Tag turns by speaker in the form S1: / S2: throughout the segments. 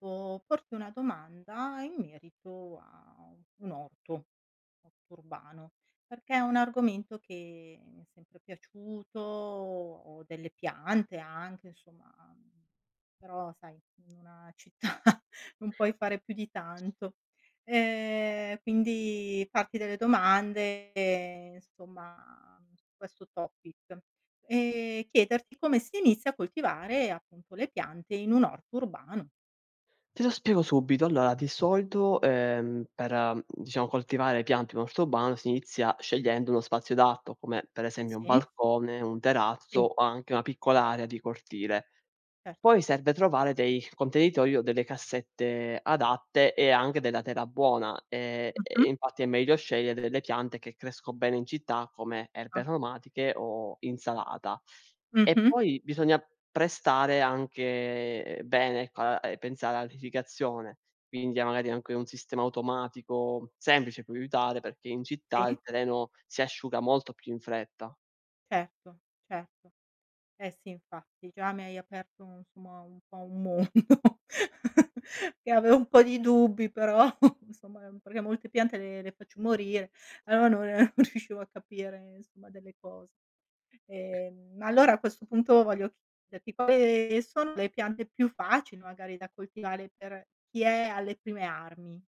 S1: Volevo porti una domanda in merito a un orto urbano, perché è un argomento che mi è sempre piaciuto, ho delle piante anche, insomma, mhmm, però sai, in una città non puoi fare più di tanto. Quindi farti delle domande, insomma, su questo topic e chiederti come si inizia a coltivare appunto le piante in un orto urbano.
S2: Te lo spiego subito. Allora, di solito, per, diciamo coltivare piante in orto urbano si inizia scegliendo uno spazio adatto, come per esempio un
S1: Sì?
S2: balcone, un terrazzo
S1: Sì,
S2: o anche una piccola area di cortile.
S1: certo.
S2: Poi serve trovare dei contenitori o delle cassette adatte e anche della terra buona. E
S1: Mh-mh.
S2: infatti è meglio scegliere delle piante che cresco bene in città come
S1: Ah.
S2: erbe aromatiche o insalata. E
S1: Mh-mh.
S2: poi bisogna prestare anche bene, ecco, a e pensare all'irrigazione, quindi a magari anche un sistema automatico semplice può aiutare, perché in
S1: Sì,
S2: città il terreno si asciuga molto più in fretta.
S1: certo, certo. Eh sì, infatti, già mi hai aperto un insomma un po' un mondo che avevo un po' di dubbi, però insomma perché molte piante le faccio morire, allora non non riuscivo a capire insomma delle cose. Ma allora a questo punto voglio chiederti quali sono le piante più facili magari da coltivare per chi è alle prime armi?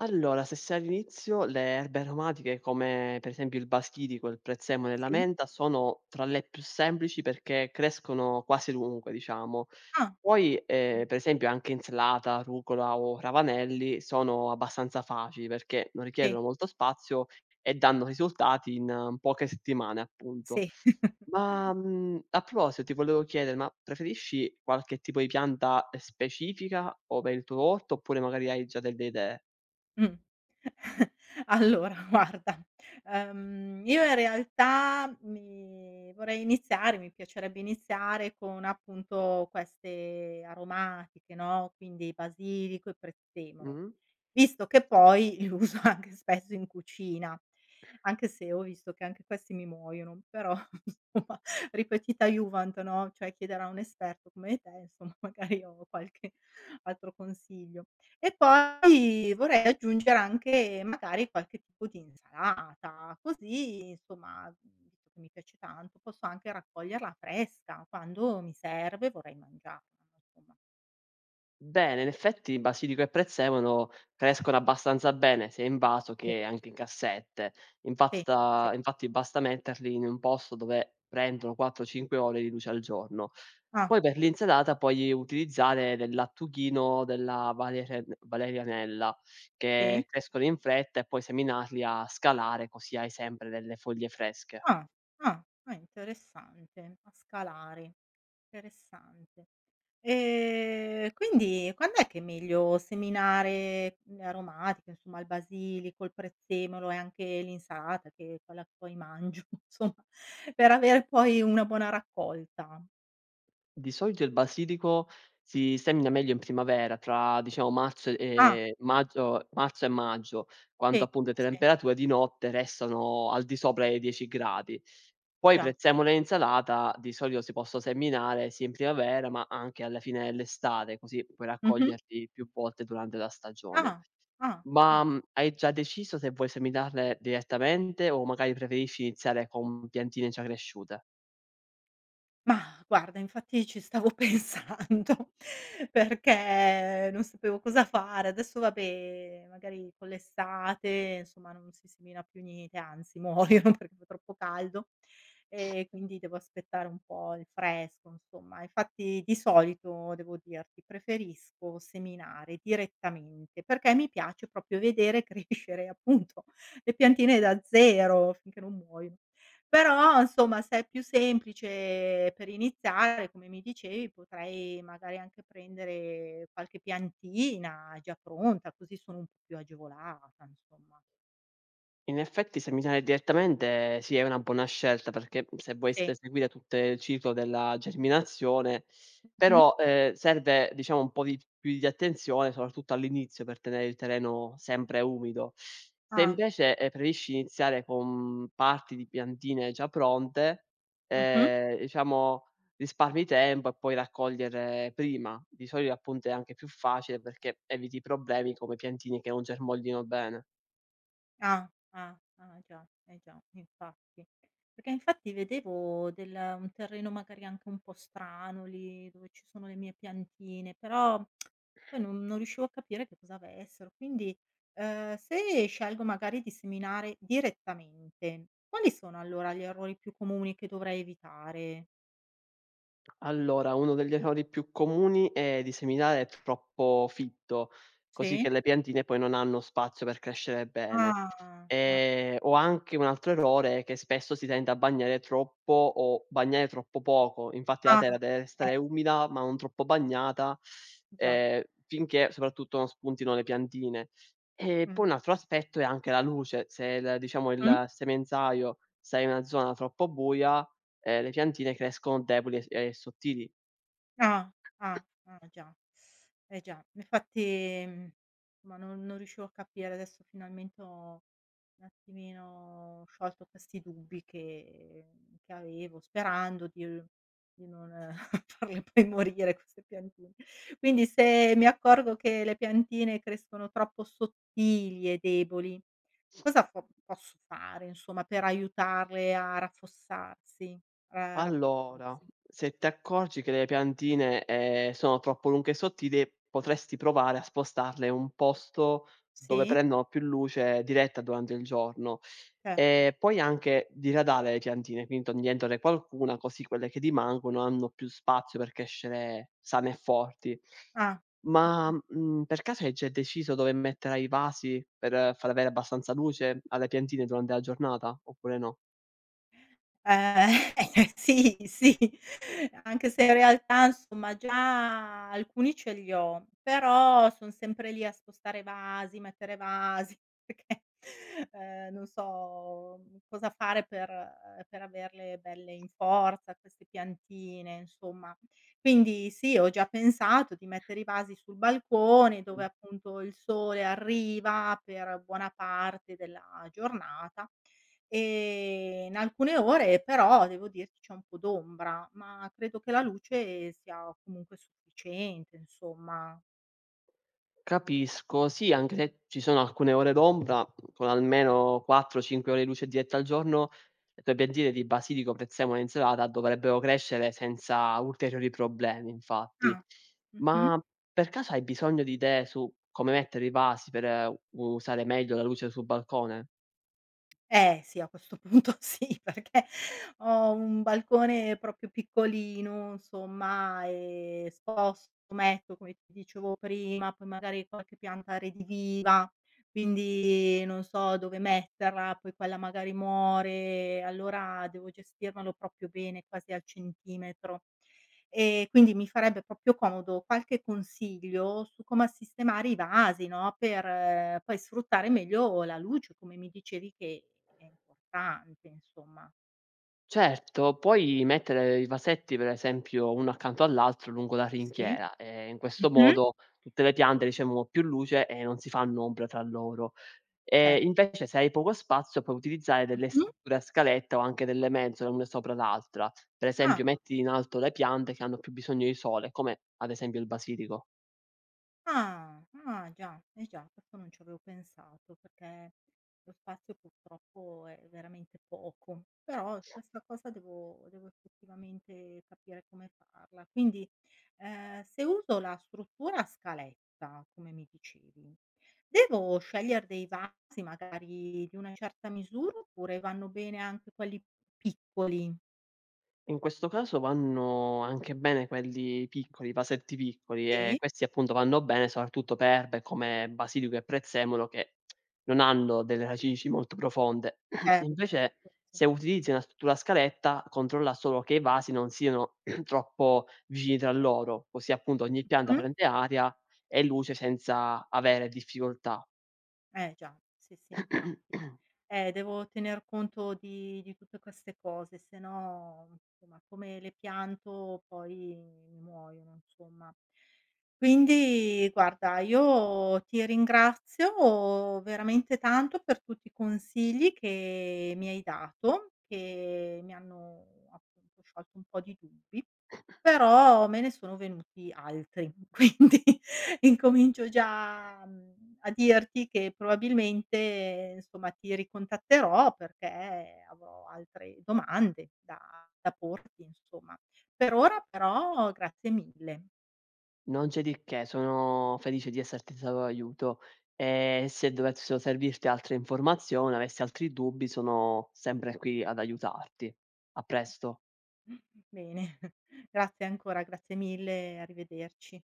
S2: Allora, se sei all'inizio, le erbe aromatiche come per esempio il basilico, il prezzemolo e la
S1: Sì.
S2: menta sono tra le più semplici perché crescono quasi ovunque, diciamo.
S1: Ah,
S2: Poi,
S1: mh,
S2: per esempio, anche insalata, rucola o ravanelli sono abbastanza facili perché non
S1: sì,
S2: richiedono molto spazio e danno risultati in poche settimane, appunto.
S1: sì.
S2: Ma a proposito, ti volevo chiedere, ma preferisci qualche tipo di pianta specifica o per il tuo orto oppure magari hai già delle idee?
S1: Mh. Allora guarda, io in realtà mi piacerebbe iniziare con appunto queste aromatiche, no, quindi basilico e prezzemolo,
S2: Mm?
S1: visto che poi li uso anche spesso in cucina, anche se ho visto che anche questi mi muoiono, però insomma ripetita iuvant, no, cioè chiedere a un esperto come te, insomma magari ho qualche altro consiglio. E poi vorrei aggiungere anche magari qualche tipo di insalata, così insomma, visto che mi piace tanto, posso anche raccoglierla fresca, quando mi serve vorrei mangiarla, insomma.
S2: Bene, in effetti basilico e prezzemolo crescono abbastanza bene sia in vaso
S1: Sì.
S2: che anche in cassette.
S1: Sì, sì.
S2: Impasta infatti basta metterli in un posto dove prendono 4, 5 ore di luce al giorno.
S1: Ah.
S2: Poi per l'insalata puoi utilizzare del lattughino della valere valerianella,
S1: Sì?
S2: che crescono in fretta e puoi seminarli a scalare, così hai sempre delle foglie fresche.
S1: Ah, ah, ah interessante. A scalari. Interessante. Quindi quand'è che è meglio seminare le aromatiche, insomma il basilico, il prezzemolo e anche l'insalata, che è quella che poi mangio, insomma, per avere poi una buona raccolta?
S2: Di solito il basilico si semina meglio in primavera, tra diciamo marzo e
S1: Ah,
S2: ehm, maggio marzo e maggio,
S1: sì,
S2: quando appunto le
S1: sì,
S2: temperature di notte restano al di sopra dei 10 gradi. Poi
S1: già.
S2: prezzemolo e insalata di solito si possono seminare sia in primavera, ma anche alla fine dell'estate, così puoi
S1: Mh-mh.
S2: raccoglierli più volte durante la stagione.
S1: Ah, ah, ah.
S2: Hai già deciso se vuoi seminarle direttamente o magari preferisci iniziare con piantine già cresciute?
S1: Mah, guarda infatti ci stavo pensando perché non sapevo cosa fare. Adesso vabbè, magari con l'estate, insomma, non si semina più niente, anzi muoiono perché fa troppo caldo, e quindi devo aspettare un po' il fresco, insomma. Infatti di solito, devo dirti, preferisco seminare direttamente, perché mi piace proprio vedere crescere, appunto, le piantine da zero finché non muoiono. Però insomma se è più semplice per iniziare, come mi dicevi, potrei magari anche prendere qualche piantina già pronta, così sono un po' più agevolata insomma.
S2: In effetti seminare direttamente sì, è una buona scelta perché se vuoi
S1: Sì.
S2: s seguire tutte il ciclo della germinazione,
S1: Mh-mh.
S2: però, serve diciamo un po' di più di attenzione, soprattutto all'inizio per tenere il terreno sempre umido.
S1: Ah.
S2: Se invece,
S1: Ah.
S2: preferisci iniziare con parti di piantine già pronte,
S1: Mh-mh.
S2: diciamo risparmi tempo e puoi raccogliere prima. Di solito appunto è anche più facile perché eviti problemi come piantine che non germogliano bene.
S1: Ah, ah, ah già, eh già, infatti. Perché infatti vedevo del un terreno magari anche un po' strano lì, dove ci sono le mie piantine, però poi non riuscivo a capire che cosa avessero. Quindi, se scelgo magari di seminare direttamente, quali sono allora gli errori più comuni che dovrei evitare?
S2: Allora, uno degli errori più comuni è di seminare troppo fitto, così
S1: Sì?
S2: che le piantine poi non hanno spazio per crescere bene.
S1: Ah, ah,
S2: O anche un altro errore è che spesso si tende a bagnare troppo o bagnare troppo poco. Infatti la
S1: ah,
S2: terra deve
S1: eh,
S2: restare umida, ma non troppo bagnata,
S1: già.
S2: ehm, finché soprattutto non spuntino le piantine. E poi
S1: Mh,
S2: un altro aspetto è anche la luce. Se il diciamo
S1: mh.
S2: il semenzaio sta in una zona troppo buia, le piantine crescono deboli e s e sottili.
S1: Ah, ah, ah già. Eh già, infatti, ma non riuscivo a capire, adesso finalmente ho un attimino sciolto questi dubbi che avevo, sperando di non farle poi morire queste piantine. Quindi se mi accorgo che le piantine crescono troppo sottili e deboli, cosa fo posso fare, insomma, per aiutarle a raffossarsi? A
S2: Allora,
S1: rafforzarsi.
S2: se ti accorgi che le piantine, sono troppo lunghe e sottili, potresti provare a spostarle in un posto dove
S1: Sì,
S2: prendono più luce diretta durante il giorno.
S1: certo.
S2: E puoi anche diradare le piantine, quindi togliendone qualcuna, così quelle che rimangono hanno più spazio per crescere sane e forti.
S1: Ah.
S2: Per caso hai già deciso dove metterai i vasi per far avere abbastanza luce alle piantine durante la giornata, oppure no?
S1: Ehm, eh, sì, sì, anche se in realtà insomma già alcuni ce li ho, però son sempre lì a spostare vasi, mettere vasi, perché, non so, cosa fare per averle belle in forza queste piantine, insomma. Quindi sì, ho già pensato di mettere i vasi sul balcone dove
S2: Mh,
S1: appunto il sole arriva per buona parte della giornata. In alcune ore però devo dirti c'è un po' d'ombra, ma credo che la luce sia comunque sufficiente insomma.
S2: Capisco. Sì, anche se ci sono alcune ore d'ombra, con almeno 4, 5 ore di luce diretta al giorno, le tue piantine di basilico, prezzemolo e insalata dovrebbero crescere senza ulteriori problemi, infatti.
S1: Ah. Mh-mh.
S2: Ma per caso hai bisogno di idee su come mettere i vasi per uh, usare meglio la luce sul balcone?
S1: Eh sì, a questo punto sì, perché ho un balcone proprio piccolino, insomma, sposto, metto, come ti dicevo prima, poi magari qualche pianta rediviva, quindi non so dove metterla, poi quella magari muore, allora devo gestirmelo proprio bene, quasi al centimetro. E quindi mi farebbe proprio comodo qualche consiglio su come sistemare i vasi, no, per poi sfruttare meglio la luce, come mi dicevi che è importante, insomma.
S2: Certo, puoi mettere i vasetti, per esempio, uno accanto all'altro lungo la
S1: Sì.
S2: rinchiera e in questo
S1: Mh-mh.
S2: modo tutte le piante ricevono più luce e non si fanno ombra tra loro. Ehm,
S1: Certo.
S2: invece se hai poco spazio puoi utilizzare delle
S1: Mh-mh.
S2: strutture a scaletta o anche delle mensole una sopra l'altra. Per
S1: Ah.
S2: esempio metti in alto le piante che hanno più bisogno di sole, come ad esempio il basilico.
S1: Ah, ah già, eh già, questo non ci avevo pensato perché lo spazio purtroppo è veramente poco, però questa cosa devo effettivamente capire come farla. Quindi, se uso la struttura a scaletta, come mi dicevi, devo scegliere dei vasi magari di una certa misura oppure vanno bene anche quelli piccoli?
S2: In questo caso vanno anche bene quelli piccoli, i vasetti piccoli e
S1: Sì,
S2: questi appunto vanno bene soprattutto per erbe come basilico e prezzemolo che non hanno delle radici molto profonde.
S1: certo.
S2: Invece
S1: Sì, sì.
S2: se utilizzi una struttura a scaletta, controlla solo che i vasi non siano troppo vicini tra loro, così appunto ogni pianta
S1: Mh-mh.
S2: prende aria e luce senza avere difficoltà.
S1: Eh già, sì, sì, infatti. Devo tener conto di tutte queste cose, se no, insomma, come le pianto poi mi muoiono, insomma. Quindi guarda, io ti ringrazio veramente tanto per tutti i consigli che mi hai dato, che mi hanno appunto sciolto un po' di dubbi. Però me ne sono venuti altri, quindi incomincio già, a dirti che probabilmente, insomma, ti ricontatterò perché avrò altre domande da porti, insomma. Per ora però grazie mille.
S2: Non c'è di che, sono felice di esserti stato d'aiuto e se dovessero servirti altre informazioni, avessi altri dubbi, sono sempre qui ad aiutarti. A presto.
S1: Bene, grazie ancora, grazie mille, arrivederci.